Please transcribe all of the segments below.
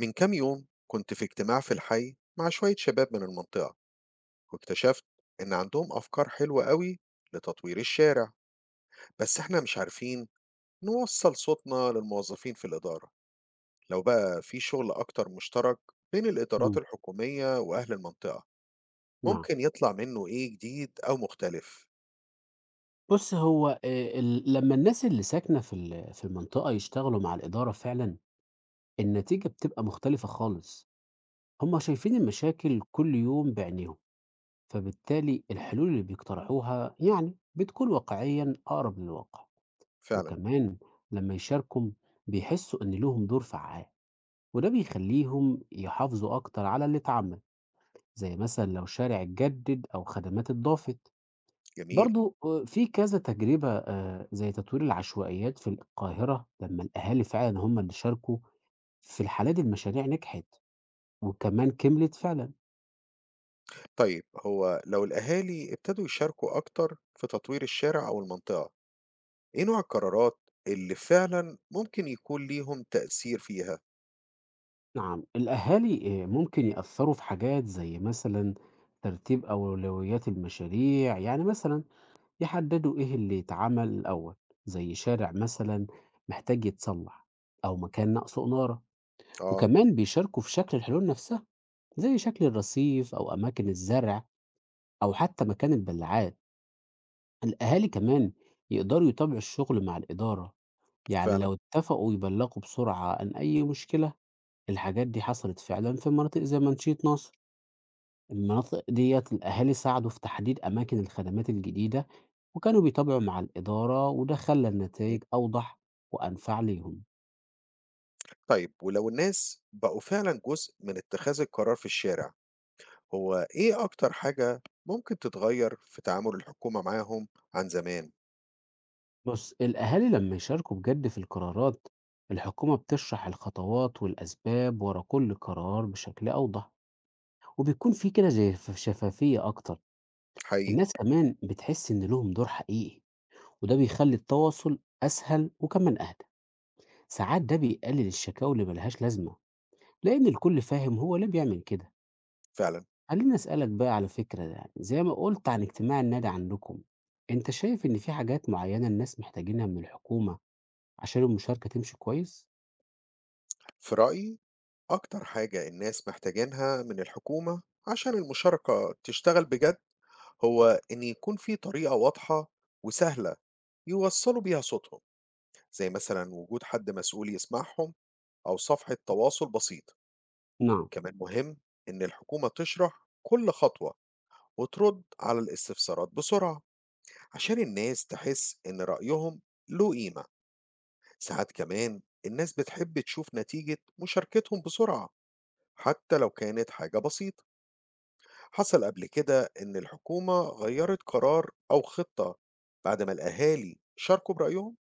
من كام يوم كنت في اجتماع في الحي مع شوية شباب من المنطقة، واكتشفت إن عندهم أفكار حلوة قوي لتطوير الشارع، بس إحنا مش عارفين نوصل صوتنا للموظفين في الإدارة. لو بقى في شغل أكتر مشترك بين الإدارات إمم، الحكومية وأهل المنطقة، نعم. ممكن يطلع منه إيه جديد أو مختلف. بُص، هو ال لمّا الناس اللي ساكنة في المنطقة يشتغلوا مع الإدارة فعلًا، النتيجة بتبقى مختلفة خالص. هم شايفين المشاكل كل يوم بعينيهم، فبالتالي الحلول اللي بيقترحوها يعني بتكون واقعيًا أقرب للواقع. فعلا. وكمان لمّا يشاركوا بيحسوا إن ليهم دور فعّال، وده بيخلّيهم يحافظوا أكتر على اللي اتعمل، زي مثلًا لو شارع اتجدد أو خدمات اتضافت. جميل. برضه في كذا تجربة زي تطوير العشوائيات في القاهرة لمّا الأهالي فعلًا هم اللي شاركوا، في الحالة دي المشاريع نجحت، وكمان كملت فعلًا. طيب، هو لو الأهالي ابتدوا يشاركوا أكتر في تطوير الشارع أو المنطقة، إيه نوع القرارات اللي فعلًا ممكن يكون ليهم تأثير فيها؟ نعم، الأهالي ممكن يأثّروا في حاجات زي مثلًا ترتيب أولويات المشاريع، يعني مثلًا يحددوا إيه اللي يتعمل الأول، زي شارع مثلًا محتاج يتصلّح أو مكان ناقصه إنارة، آه، وكمان بيشاركوا في شكل الحلول نفسها، زي شكل الرصيف أو أماكن الزرع أو حتى مكان البلاعات. الأهالي كمان يقدروا يتابعوا الشغل مع الإدارة، يعني فعلًا، لو اتفقوا يبلغوا بسرعة عن أي مشكلة. الحاجات دي حصلت فعلا في مناطق زي منشية نصر. المناطق ديت الأهالي ساعدوا في تحديد أماكن الخدمات الجديدة وكانوا بيتابعوا مع الإدارة، وده خلى إمم. النتائج أوضح وأنفع ليهم. طيب، ولو الناس بقوا فعلًا جزء من اتخاذ القرار في الشارع، هو إيه أكتر حاجة ممكن تتغيّر في تعامل الحكومة معاهم عن زمان؟ بص الأهالي لما يشاركوا بجد في القرارات، الحكومة بتشرح الخطوات والأسباب ورا كل قرار بشكل أوضح، وبتكون في كده زي شفافية أكتر، حقيقي، الناس كمان بتحس إن ليهم دور حقيقي، وده بيخلّي التواصل أسهل وكمان أهدى، ساعات ده بيقلل الشكاوي اللي ما لهاش لازمة، لإن الكل فاهم هو ليه بيعمل كده. فعلًا. خلّيني أسألك بقى على فكرة، يعني زي ما قُلت عن اجتماع النادي عندكم، أنت شايف إن في حاجات معيّنة الناس محتاجينها من الحكومة عشان المشاركة تمشي كويس؟ في رأيي، أكتر حاجة الناس محتاجينها من الحكومة عشان المشاركة تشتغل بجد، هو إن يكون في طريقة واضحة وسهلة يوصّلوا بيها صوتهم، زي مثلًا وجود حد مسؤول يسمعهم أو صفحة تواصل بسيط. نعم، كمان مهم إن الحكومة تشرح كل خطوة وترد على الاستفسارات بسرعة، عشان الناس تحس إن رأيهم له قيمة. ساعات كمان الناس بتحب تشوف نتيجة مشاركتهم بسرعة، حتى لو كانت حاجة بسيطة. حصل قبل كده إن الحكومة غيرت قرار أو خطة بعد ما الأهالي شاركوا برأيهم؟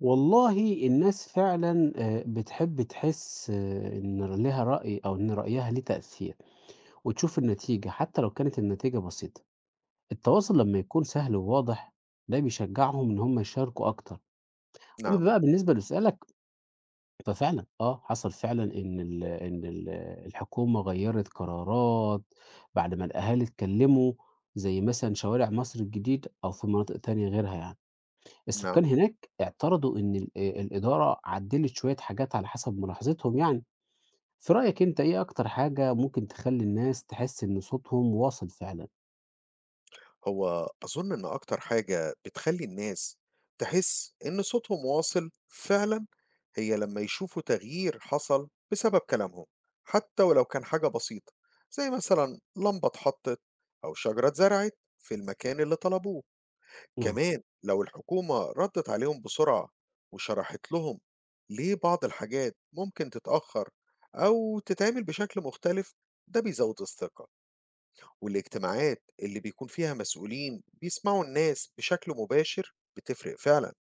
والله الناس فعلًا بتحب تحس إن ليها رأي أو إن رأيها ليه تأثير. وتشوف النتيجة حتى لو كانت النتيجة بسيطة. التواصل لما يكون سهل وواضح ده بيشجعهم ان هم يشاركوا اكتر. اما نعم. بقى بالنسبة لسؤالك ففعلا حصل فعلا ان الحكومة غيرت قرارات بعد ما الاهالي اتكلموا، زي مثلا شوارع مصر الجديد او في مناطق تانية غيرها يعني. نعم. السكان هناك اعترضوا الادارة عدلت شوية حاجات على حسب ملاحظتهم يعني. في رأيك انت ايه اكتر حاجة ممكن تخلي الناس تحس ان صوتهم واصل فعلا؟ هو أظن إن أكتر حاجة بتخلّي الناس تحس إن صوتهم واصل فعلًا، هي لمّا يشوفوا تغيير حصل بسبب كلامهم، حتى ولو كان حاجة بسيطة، زي مثلًا لمبة اتحطت أو شجرة اتزرعت في المكان اللي طلبوه. نعم. كمان لو الحكومة ردت عليهم بسرعة وشرحت لهم ليه بعض الحاجات ممكن تتأخر أو تتعمل بشكل مختلف، ده بيزود الثقة. والاجتماعات اللي بيكون فيها مسؤولين بيسمعوا الناس بشكل مباشر بتفرق فعلا،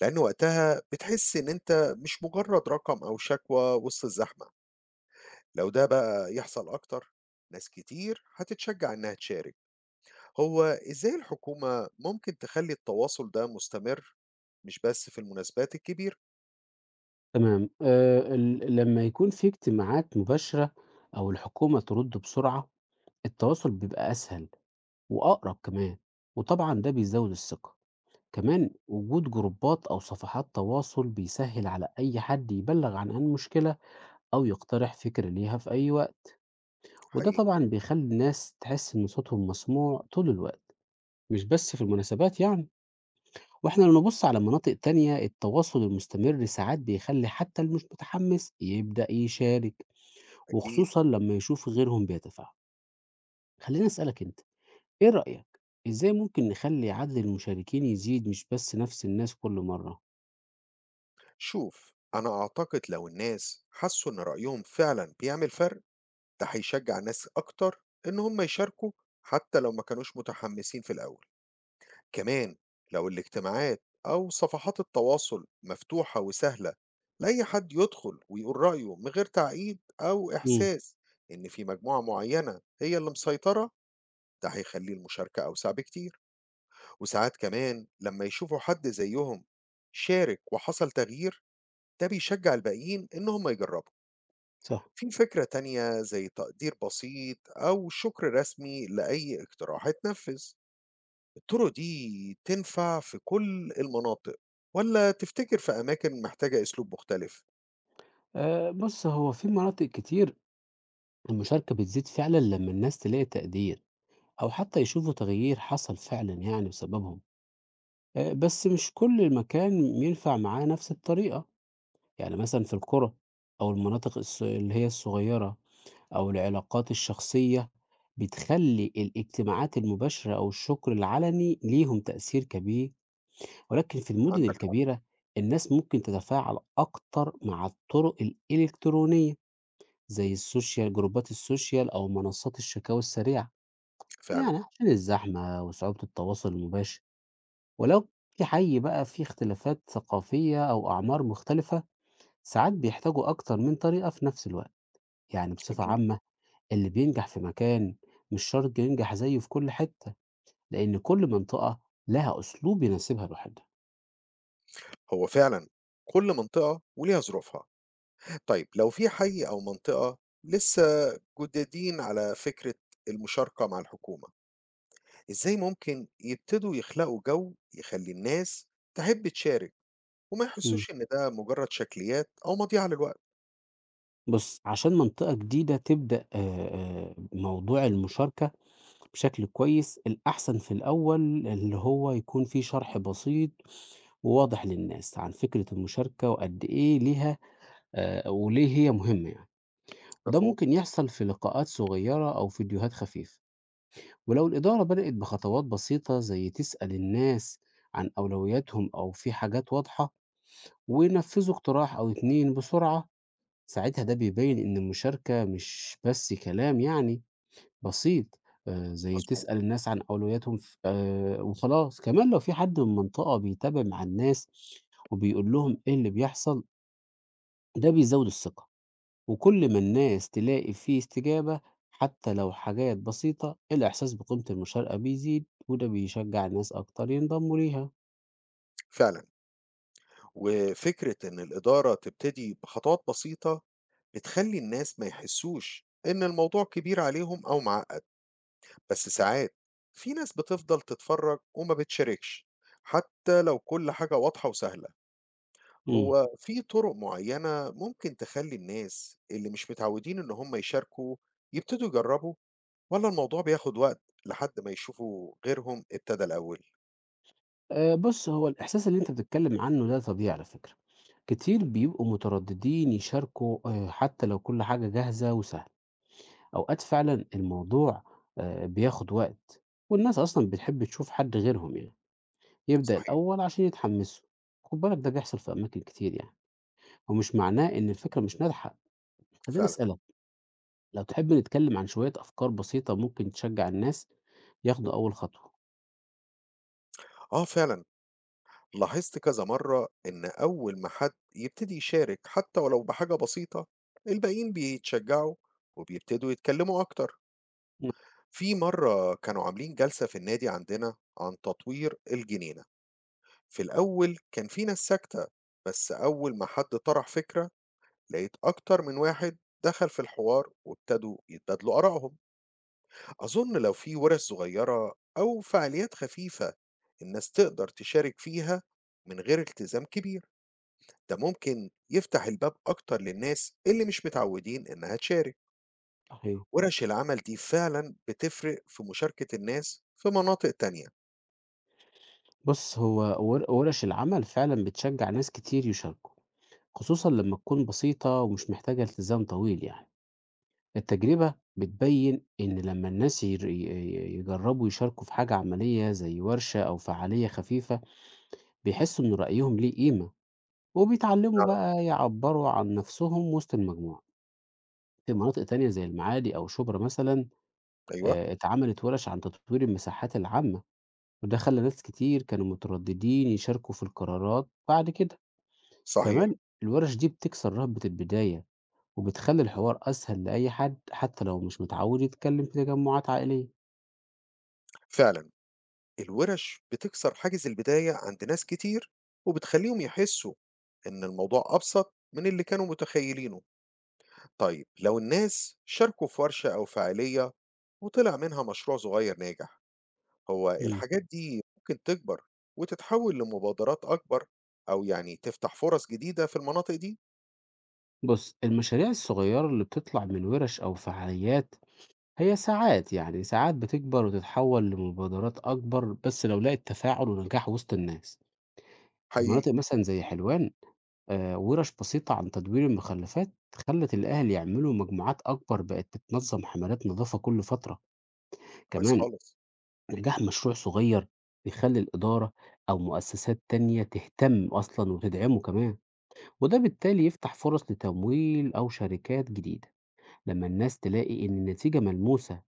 لأن وقتها بتحس إن أنت مش مجرد رقم أو شكوى وسط الزحمة. لو ده بقى يحصل أكتر، ناس كتير هتتشجع إنها تشارك. هو إزاي الحكومة ممكن تخلي التواصل ده مستمر، مش بس في المناسبات الكبيرة؟ تمام. ال لمّا يكون في اجتماعات مباشرة أو الحكومة ترُد بسرعة، التواصل بيبقى أسهل وأقرب كمان، وطبعًا ده بيزوّد الثقة. كمان وجود جروبات أو صفحات تواصل بيسهّل على أي حد يبلّغ عن أي مشكلة أو يقترح فكرة ليها في أي وقت، وده حقيقي. طبعًا بيخلّي الناس تحس إن صوتهم مسموع طول الوقت، مش بس في المناسبات يعني. وإحنا لو نبُص على مناطق تانية، التواصل المستمر ساعات بيخلّي حتى اللي مش متحمّس يبدأ يشارك. أكيد. وخصوصًا لمّا يشوف غيرهم بيتفاعلوا. خلّيني أسألك أنت، إيه رأيك، إزاي ممكن نخلّي عدد المشاركين يزيد مش بس نفس الناس كل مرة؟ شوف، أنا أعتقد لو الناس حسوا إن رأيهم فعلا بيعمل فرق، ده هيشجع ناس أكتر إن هم يشاركوا، حتى لو ما كانوش متحمسين في الأول. كمان لو الاجتماعات أو صفحات التواصل مفتوحة وسهلة لأي حد يدخل ويقول رأيه من غير تعقيد أو إمم، إحساس إن في مجموعة معينة هي اللي مسيطرة، ده هيخلي المشاركة أوسع بكتير. وساعات كمان لما يشوفوا حد زيهم شارك وحصل تغيير، ده بيشجع الباقيين إن هم يجربوا. صح. في فكرة تانية زي تقدير بسيط أو شكر رسمي لأي اقتراح اتنفذ. الطرق دي تنفع في كل المناطق، ولا تفتكر في أماكن محتاجة أسلوب مختلف؟ بُص، هو في مناطق كتير المشاركة بتزيد فعلًا لمّا الناس تلاقي تقدير أو حتى يشوفوا تغيير حصل فعلًا يعني بسببهم، بس مش كل مكان ينفع معاه نفس الطريقة، يعني مثلًا في القرى أو المناطق اللي هي الصغيرة. أو العلاقات الشخصية بتخلّي الاجتماعات المباشرة أو الشكر العلني ليهم تأثير كبير، ولكن في المدن عندك حق. الكبيرة الناس ممكن تتفاعل أكتر مع الطرق الإلكترونية زي جروبات السوشيال أو منصات الشكاوى السريعة، فعلا. يعني عشان الزحمة وصعوبة التواصل المباشر، ولو في حي بقى فيه اختلافات ثقافية أو أعمار مختلفة، ساعات بيحتاجوا أكتر من طريقة في نفس الوقت، يعني بصفة جميل. عامة اللي بينجح في مكان مش شرط ينجح زيه في كل حتة، لأن كل منطقة لها أسلوب يناسبها لوحدها. هو فعلا كل منطقة وليها ظروفها. طيب، لو في حي أو منطقة لسه جدادين على فكرة المشاركة مع الحكومة، إزاي ممكن يبتدوا يخلقوا جو يخلي الناس تحب تشارك وما إمم. يحسوش إن ده مجرد شكليات أو مضيعة للوقت؟ بُص، عشان منطقة جديدة تبدأ موضوع المشاركة بشكل كويس، الأحسن في الأول اللي هو يكون في شرح بسيط وواضح للناس عن فكرة المشاركة وقد إيه ليها وليه هي مهمة يعني. وده مفهوم؟ ممكن يحصل في لقاءات صغيرة أو فيديوهات خفيفة. ولو الإدارة بدأت بخطوات بسيطة زي تسأل الناس عن أولوياتهم أو في حاجات واضحة وينفذوا اقتراح أو اتنين بسرعة، ساعتها ده بيبين إن المشاركة مش بس كلام يعني بسيط. زي مظبوط. تسأل الناس عن أولوياتهم وخلاص. كمان لو في حد من المنطقة بيتابع مع الناس وبيقول لهم إيه اللي بيحصل ده بيزود الثقة. وكل ما الناس تلاقي فيه استجابة حتى لو حاجات بسيطة الإحساس بقيمة المشاركة بيزيد، وده بيشجع الناس أكتر ينضموا ليها. فعلا، وفكرة إن الإدارة تبتدي بخطوات بسيطة بتخلي الناس ما يحسوش إن الموضوع كبير عليهم أو معقد. بس ساعات في ناس بتفضل تتفرج وما بتشاركش حتى لو كل حاجة واضحة وسهلة. امم. هو في طرق معينة ممكن تخلي الناس اللي مش متعودين إن هم يشاركوا يبتدوا يجربوا، ولا الموضوع بياخد وقت لحد ما يشوفوا غيرهم ابتدى الأول؟ أه، بص، هو الإحساس اللي أنت بتتكلم عنه ده طبيعي على فكرة. كتير بيبقوا مترددين يشاركوا حتى لو كل حاجة جاهزة وسهلة. أوقات فعلا الموضوع بياخد وقت، والناس أصلا بتحب تشوف حد غيرهم يعني يبدأ صحيح. الأول عشان يتحمسوا. خد بالك ده بيحصل في أماكن كتير يعني، ومش معناه إن الفكرة مش ناجحة. خليني فعلًا. أسألك لو تحب نتكلم عن شوية أفكار بسيطة ممكن تشجع الناس ياخدوا أول خطوة. آه فعلًا، لاحظت كذا مرّة إن أول ما حد يبتدي يشارك حتى ولو بحاجة بسيطة، الباقيين بيتشجّعوا وبيبتدوا يتكلّموا أكتر. نعم، في مرّة كانوا عاملين جلسة في النادي عندنا عن تطوير الجنينة، في الأول كان في ناس ساكتة، بس أول ما حد طرح فكرة، لقيت أكتر من واحد دخل في الحوار وابتدوا يتبادلوا آرائهم. أظن لو في ورش صغيرة أو فعاليات خفيفة الناس تقدر تشارك فيها من غير التزام كبير، ده ممكن يفتح الباب أكتر للناس اللي مش متعودين إنها تشارك. صحيح. ورش العمل دي فعلا بتفرق في مشاركة الناس في مناطق تانية؟ بص، هو ورش العمل فعلا بتشجع ناس كتير يشاركوا، خصوصا لما تكون بسيطة ومش محتاجة التزام طويل يعني. التجربة بتبين إن لما الناس يجربوا يشاركوا في حاجة عملية زي ورشة أو فعالية خفيفة بيحسوا إن رأيهم ليه قيمة، وبيتعلموا نعم. بقى يعبروا عن نفسهم وسط المجموعة. في مناطق تانية زي المعادي أو شبرا مثلا أيوة. اتعملت ورش عن تطوير المساحات العامة، وده خلّى ناس كتير كانوا مترددين يشاركوا في القرارات بعد كده. صحيح. كمان الورش دي بتكسر رهبة البداية، وبتخلّي الحوار أسهل لأي حد حتى لو مش متعود يتكلم في تجمعات عائلية. فعلا الورش بتكسر حاجز البداية عند ناس كتير، وبتخليهم يحسوا إن الموضوع أبسط من اللي كانوا متخيلينه. طيب، لو الناس شاركوا في ورشة أو فعالية وطلع منها مشروع صغير ناجح، هو إمم. الحاجات دي ممكن تكبر وتتحول لمبادرات أكبر، أو يعني تفتح فرص جديدة في المناطق دي؟ بُص، المشاريع الصغيرة اللي بتطلع من ورش أو فعاليات هي ساعات بتكبر وتتحول لمبادرات أكبر، بس لو لقت تفاعل ونجاح وسط الناس. في حقيقي. مناطق مثلًا زي حلوان وِرَش بسيطة عن تدوير المخلفات خلّت الأهل يعملوا مجموعات أكبر بقت بتنظّم حملات نضافة كل فترة، كويس كمان خالص. نجاح مشروع صغير بيخلّي الإدارة أو مؤسسات تانية تهتم أصلًا وتدعمه كمان، وده بالتالي يفتح فرص لتمويل أو شركات جديدة، لمّا الناس تلاقي إن النتيجة ملموسة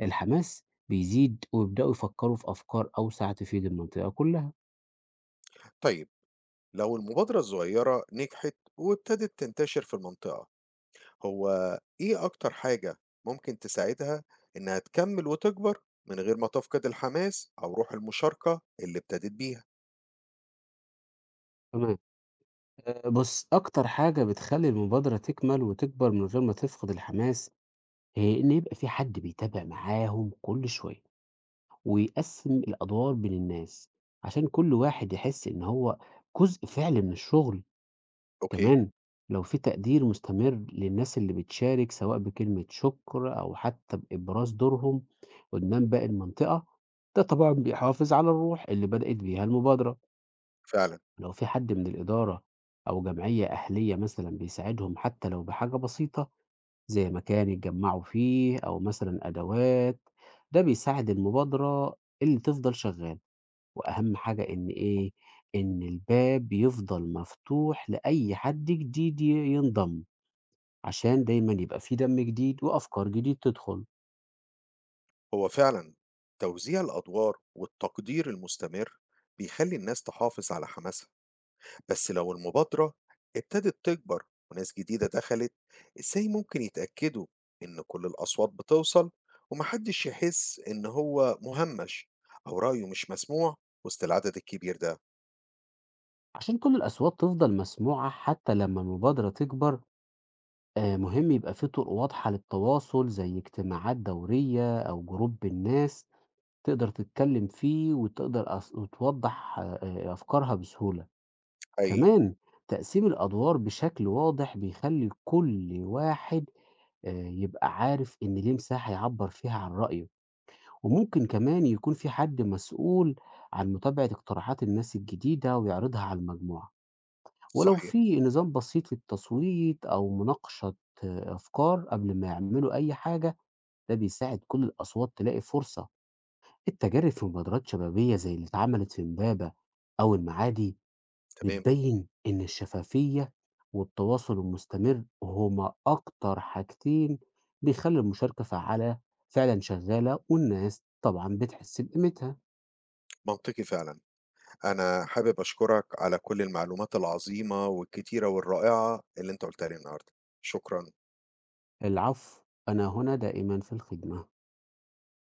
الحماس بيزيد ويبدأوا يفكّروا في أفكار أوسع تفيد المنطقة كلها. طيب، لو المبادرة الصغيرة نجحت وابتدت تنتشر في المنطقة، هو إيه أكتر حاجة ممكن تساعدها إنها تكمل وتكبر من غير ما تفقد الحماس أو روح المشاركة اللي ابتدت بيها؟ تمام. بُص، أكتر حاجة بتخلّي المبادرة تكمل وتكبر من غير ما تفقد الحماس إن يبقى في حد بيتابع معاهم كل شوية، ويقسّم الأدوار بين الناس، عشان كل واحد يحس إن هو جزء فعلي من الشغل. أوكي. كمان لو في تقدير مستمر للناس اللي بتشارك سواء بكلمة شكر أو حتى بإبراز دورهم قدّام باقي المنطقة، ده طبعًا بيحافظ على الروح اللي بدأت بيها المبادرة. فعلا. لو في حد من الإدارة أو جمعية أهلية مثلًا بيساعدهم حتى لو بحاجة بسيطة زي مكان يتجمعوا فيه أو مثلا أدوات ده بيساعد المبادرة اللي تفضل شغالة. وأهم حاجة إن إيه، إن الباب يفضل مفتوح لأي حد جديد ينضم، عشان دايما يبقى فيه دم جديد وأفكار جديد تدخل. هو فعلا توزيع الأدوار والتقدير المستمر بيخلي الناس تحافظ على حماسها. بس لو المبادرة ابتدت تكبر وناس جديدة دخلت، ازاي ممكن يتأكدوا إن كل الأصوات بتوصل ومحدش يحس إن هو مهمش أو رأيه مش مسموع وسط العدد الكبير ده؟ عشان كل الأصوات تفضل مسموعة حتى لما المبادرة تكبر مهم يبقى فيه طرق واضحة للتواصل زي اجتماعات دورية أو جروب الناس تقدر تتكلّم فيه، وتقدر وتوضّح أفكارها بسهولة. أي. كمان تقسيم الأدوار بشكل واضح بيخلّي كل واحد يبقى عارف إن ليه مساحة يعبّر فيها عن رأيه، وممكن كمان يكون في حد مسؤول عن متابعة اقتراحات الناس الجديدة ويعرضها على المجموعة. ولو صحيح. في نظام بسيط للتصويت أو مناقشة أفكار قبل ما يعملوا أي حاجة، ده بيساعد كل الأصوات تلاقي فرصة. التجارب في مبادرات شبابية زي اللي اتعملت في إمبابة أو المعادي تمام. بتبين إن الشفافية والتواصل المستمر هما أكتر حاجتين بيخلي المشاركة فعالة فعلا شغالة، والناس طبعا بتحس بقيمتها. منطقي فعلا. أنا حابب أشكرك على كل المعلومات العظيمة والكتيرة والرائعة اللي أنت قلتها لي النهاردة. شكرا. العفو. أنا هنا دائما في الخدمة.